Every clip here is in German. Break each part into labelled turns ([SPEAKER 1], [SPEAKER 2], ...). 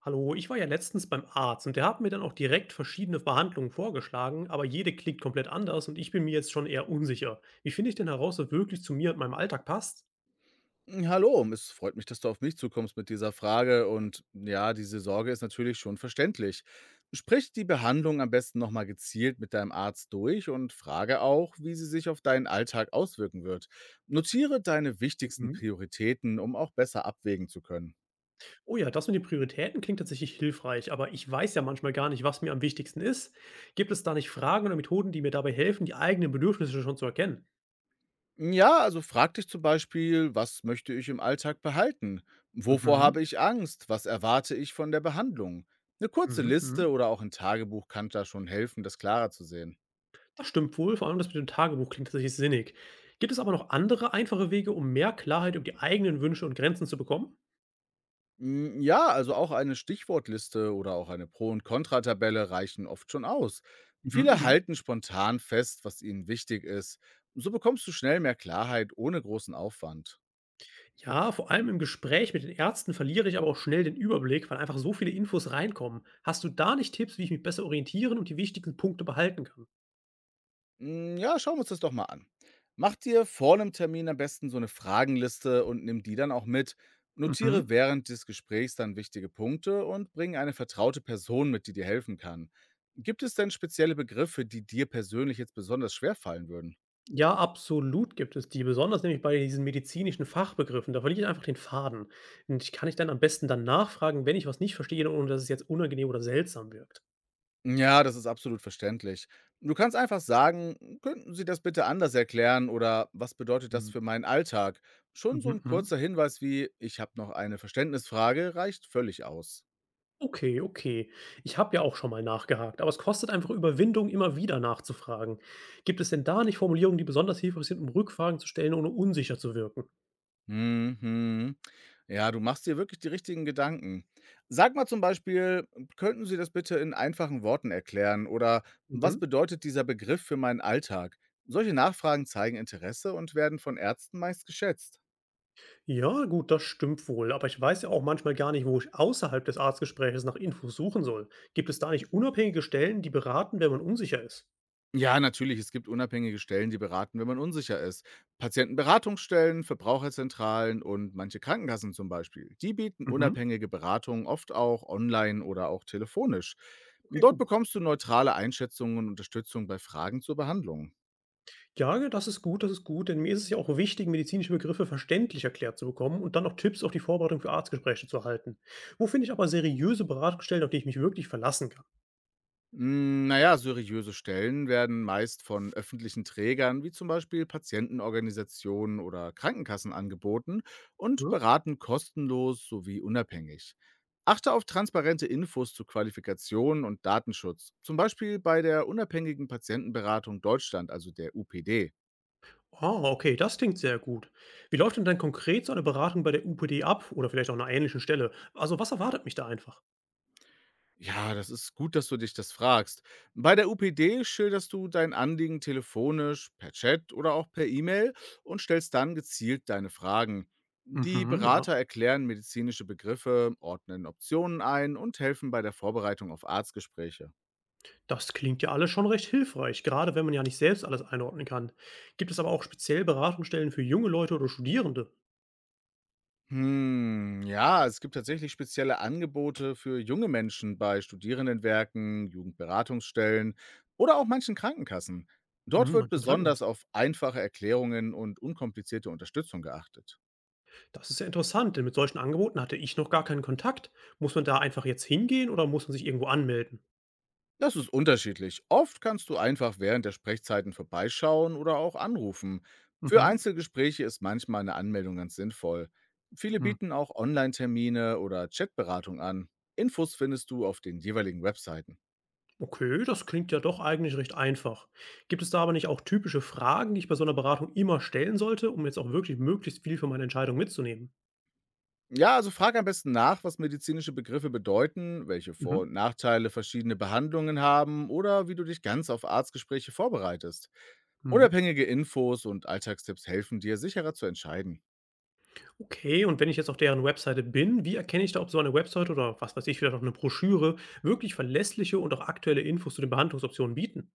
[SPEAKER 1] Hallo, ich war ja letztens beim Arzt und der hat mir dann auch direkt verschiedene Behandlungen vorgeschlagen, aber jede klingt komplett anders und ich bin mir jetzt schon eher unsicher. Wie finde ich denn heraus, was wirklich zu mir und meinem Alltag passt?
[SPEAKER 2] Hm, hallo, es freut mich, dass du auf mich zukommst mit dieser Frage, und ja, diese Sorge ist natürlich schon verständlich. Sprich die Behandlung am besten nochmal gezielt mit deinem Arzt durch und frage auch, wie sie sich auf deinen Alltag auswirken wird. Notiere deine wichtigsten
[SPEAKER 1] Mhm.
[SPEAKER 2] Prioritäten, um auch besser abwägen zu können.
[SPEAKER 1] Oh ja, das mit den Prioritäten klingt tatsächlich hilfreich, aber ich weiß ja manchmal gar nicht, was mir am wichtigsten ist. Gibt es da nicht Fragen oder Methoden, die mir dabei helfen, die eigenen Bedürfnisse schon zu erkennen?
[SPEAKER 2] Ja, also frag dich zum Beispiel, was möchte ich im Alltag behalten? Wovor habe
[SPEAKER 1] Mhm.
[SPEAKER 2] ich Angst? Was erwarte ich von der Behandlung? Eine kurze
[SPEAKER 1] Mhm.
[SPEAKER 2] Liste oder auch ein Tagebuch kann da schon helfen, das klarer zu sehen.
[SPEAKER 1] Das stimmt wohl, vor allem das mit dem Tagebuch klingt tatsächlich sinnig. Gibt es aber noch andere einfache Wege, um mehr Klarheit über die eigenen Wünsche und Grenzen zu bekommen?
[SPEAKER 2] Hm, ja, also auch eine Stichwortliste oder auch eine Pro und Kontratabelle reichen oft schon aus.
[SPEAKER 1] Mhm.
[SPEAKER 2] Viele
[SPEAKER 1] Mhm.
[SPEAKER 2] halten spontan fest, was ihnen wichtig ist. So bekommst du schnell mehr Klarheit ohne großen Aufwand.
[SPEAKER 1] Ja, vor allem im Gespräch mit den Ärzten verliere ich aber auch schnell den Überblick, weil einfach so viele Infos reinkommen. Hast du da nicht Tipps, wie ich mich besser orientieren und die wichtigsten Punkte behalten kann?
[SPEAKER 2] Hm, ja, schauen wir uns das doch mal an. Mach dir vor einem Termin am besten so eine Fragenliste und nimm die dann auch mit. Notiere
[SPEAKER 1] Mhm.
[SPEAKER 2] während des Gesprächs dann wichtige Punkte und bring eine vertraute Person mit, die dir helfen kann. Gibt es denn spezielle Begriffe, die dir persönlich jetzt besonders schwer fallen würden?
[SPEAKER 1] Ja, absolut gibt es die, besonders nämlich bei diesen medizinischen Fachbegriffen. Da verliere ich einfach den Faden. Und ich kann ich dann am besten dann nachfragen, wenn ich was nicht verstehe, ohne dass es jetzt unangenehm oder seltsam wirkt.
[SPEAKER 2] Ja, das ist absolut verständlich. Du kannst einfach sagen: „Könnten Sie das bitte anders erklären?“ oder „Was bedeutet das
[SPEAKER 1] Mhm.
[SPEAKER 2] für meinen Alltag?“ Schon so ein
[SPEAKER 1] Mhm,
[SPEAKER 2] kurzer
[SPEAKER 1] mhm.
[SPEAKER 2] Hinweis wie: „Ich habe noch eine Verständnisfrage“, reicht völlig aus.
[SPEAKER 1] Okay, okay. Ich habe ja auch schon mal nachgehakt, aber es kostet einfach Überwindung, immer wieder nachzufragen. Gibt es denn da nicht Formulierungen, die besonders hilfreich sind, um Rückfragen zu stellen, ohne unsicher zu wirken?
[SPEAKER 2] Mhm. Ja, du machst dir wirklich die richtigen Gedanken. Sag mal zum Beispiel: „Könnten Sie das bitte in einfachen Worten erklären?“ oder „Was
[SPEAKER 1] Mhm.
[SPEAKER 2] bedeutet dieser Begriff für meinen Alltag?“ Solche Nachfragen zeigen Interesse und werden von Ärzten meist geschätzt.
[SPEAKER 1] Ja, gut, das stimmt wohl. Aber ich weiß ja auch manchmal gar nicht, wo ich außerhalb des Arztgespräches nach Infos suchen soll. Gibt es da nicht unabhängige Stellen, die beraten, wenn man unsicher ist?
[SPEAKER 2] Ja, natürlich, es gibt unabhängige Stellen, die beraten, wenn man unsicher ist. Patientenberatungsstellen, Verbraucherzentralen und manche Krankenkassen zum Beispiel. Die bieten
[SPEAKER 1] Mhm.
[SPEAKER 2] unabhängige Beratungen oft auch online oder auch telefonisch.
[SPEAKER 1] Okay,
[SPEAKER 2] Dort
[SPEAKER 1] gut.
[SPEAKER 2] bekommst du neutrale Einschätzungen und Unterstützung bei Fragen zur Behandlung.
[SPEAKER 1] Ja, ja, das ist gut, denn mir ist es ja auch wichtig, medizinische Begriffe verständlich erklärt zu bekommen und dann auch Tipps auf die Vorbereitung für Arztgespräche zu erhalten. Wo finde ich aber seriöse Beratungsstellen, auf die ich mich wirklich verlassen kann?
[SPEAKER 2] Hm, na ja, seriöse Stellen werden meist von öffentlichen Trägern wie zum Beispiel Patientenorganisationen oder Krankenkassen angeboten und
[SPEAKER 1] Mhm.
[SPEAKER 2] beraten kostenlos sowie unabhängig. Achte auf transparente Infos zu Qualifikationen und Datenschutz, zum Beispiel bei der unabhängigen Patientenberatung Deutschland, also der UPD.
[SPEAKER 1] Ah, okay, das klingt sehr gut. Wie läuft denn dann konkret so eine Beratung bei der UPD ab oder vielleicht auch einer ähnlichen Stelle? Also, was erwartet mich da einfach?
[SPEAKER 2] Ja, das ist gut, dass du dich das fragst. Bei der UPD schilderst du dein Anliegen telefonisch, per Chat oder auch per E-Mail und stellst dann gezielt deine Fragen. Die
[SPEAKER 1] Mhm. Ja.
[SPEAKER 2] Berater erklären medizinische Begriffe, ordnen Optionen ein und helfen bei der Vorbereitung auf Arztgespräche.
[SPEAKER 1] Das klingt ja alles schon recht hilfreich, gerade wenn man ja nicht selbst alles einordnen kann. Gibt es aber auch speziell Beratungsstellen für junge Leute oder Studierende?
[SPEAKER 2] Hm, ja, es gibt tatsächlich spezielle Angebote für junge Menschen bei Studierendenwerken, Jugendberatungsstellen oder auch manchen Krankenkassen. Dort
[SPEAKER 1] Hm,
[SPEAKER 2] wird
[SPEAKER 1] an den Krankenhaus.
[SPEAKER 2] besonders auf einfache Erklärungen und unkomplizierte Unterstützung geachtet.
[SPEAKER 1] Das ist ja interessant, denn mit solchen Angeboten hatte ich noch gar keinen Kontakt. Muss man da einfach jetzt hingehen oder muss man sich irgendwo anmelden?
[SPEAKER 2] Das ist unterschiedlich. Oft kannst du einfach während der Sprechzeiten vorbeischauen oder auch anrufen. Für
[SPEAKER 1] Mhm.
[SPEAKER 2] Einzelgespräche ist manchmal eine Anmeldung ganz sinnvoll. Viele
[SPEAKER 1] Hm.
[SPEAKER 2] bieten auch Online-Termine oder Chatberatung an. Infos findest du auf den jeweiligen Webseiten.
[SPEAKER 1] Okay, das klingt ja doch eigentlich recht einfach. Gibt es da aber nicht auch typische Fragen, die ich bei so einer Beratung immer stellen sollte, um jetzt auch wirklich möglichst viel für meine Entscheidung mitzunehmen?
[SPEAKER 2] Ja, also frag am besten nach, was medizinische Begriffe bedeuten, welche Vor-
[SPEAKER 1] Mhm.
[SPEAKER 2] und Nachteile verschiedene Behandlungen haben oder wie du dich ganz auf Arztgespräche vorbereitest.
[SPEAKER 1] Mhm.
[SPEAKER 2] Unabhängige Infos und Alltagstipps helfen dir, sicherer zu entscheiden.
[SPEAKER 1] Okay, und wenn ich jetzt auf deren Webseite bin, wie erkenne ich da, ob so eine Webseite oder was weiß ich, vielleicht auch eine Broschüre wirklich verlässliche und auch aktuelle Infos zu den Behandlungsoptionen bieten?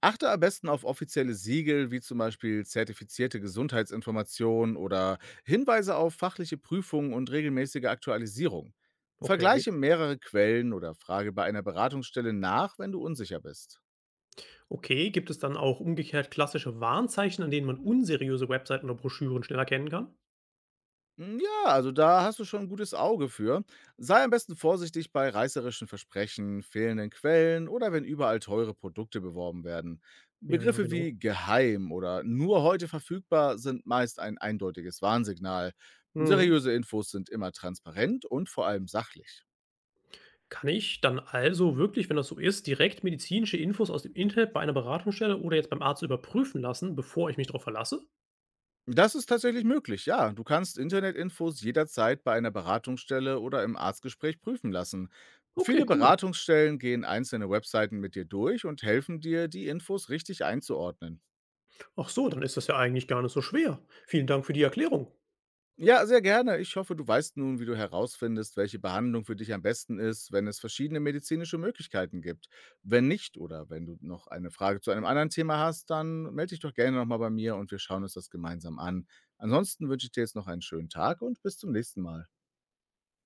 [SPEAKER 2] Achte am besten auf offizielle Siegel, wie zum Beispiel zertifizierte Gesundheitsinformationen oder Hinweise auf fachliche Prüfungen und regelmäßige Aktualisierung.
[SPEAKER 1] Okay.
[SPEAKER 2] Vergleiche mehrere Quellen oder frage bei einer Beratungsstelle nach, wenn du unsicher bist.
[SPEAKER 1] Okay, gibt es dann auch umgekehrt klassische Warnzeichen, an denen man unseriöse Webseiten oder Broschüren schnell erkennen kann?
[SPEAKER 2] Hm, ja, also da hast du schon ein gutes Auge für. Sei am besten vorsichtig bei reißerischen Versprechen, fehlenden Quellen oder wenn überall teure Produkte beworben werden.
[SPEAKER 1] Ja, ja,
[SPEAKER 2] Begriffe
[SPEAKER 1] genau.
[SPEAKER 2] wie „geheim“ oder „nur heute verfügbar“ sind meist ein eindeutiges Warnsignal.
[SPEAKER 1] Mhm.
[SPEAKER 2] Seriöse Infos sind immer transparent und vor allem sachlich.
[SPEAKER 1] Kann ich dann also wirklich, wenn das so ist, direkt medizinische Infos aus dem Internet bei einer Beratungsstelle oder jetzt beim Arzt überprüfen lassen, bevor ich mich darauf verlasse?
[SPEAKER 2] Das ist tatsächlich möglich, ja. Du kannst Internetinfos jederzeit bei einer Beratungsstelle oder im Arztgespräch prüfen lassen.
[SPEAKER 1] Okay,
[SPEAKER 2] Viele
[SPEAKER 1] cool.
[SPEAKER 2] Beratungsstellen gehen einzelne Webseiten mit dir durch und helfen dir, die Infos richtig einzuordnen.
[SPEAKER 1] Ach so, dann ist das ja eigentlich gar nicht so schwer. Vielen Dank für die Erklärung.
[SPEAKER 2] Ja, sehr gerne. Ich hoffe, du weißt nun, wie du herausfindest, welche Behandlung für dich am besten ist, wenn es verschiedene medizinische Möglichkeiten gibt. Wenn nicht oder wenn du noch eine Frage zu einem anderen Thema hast, dann melde dich doch gerne nochmal bei mir und wir schauen uns das gemeinsam an. Ansonsten wünsche ich dir jetzt noch einen schönen Tag und bis zum nächsten Mal.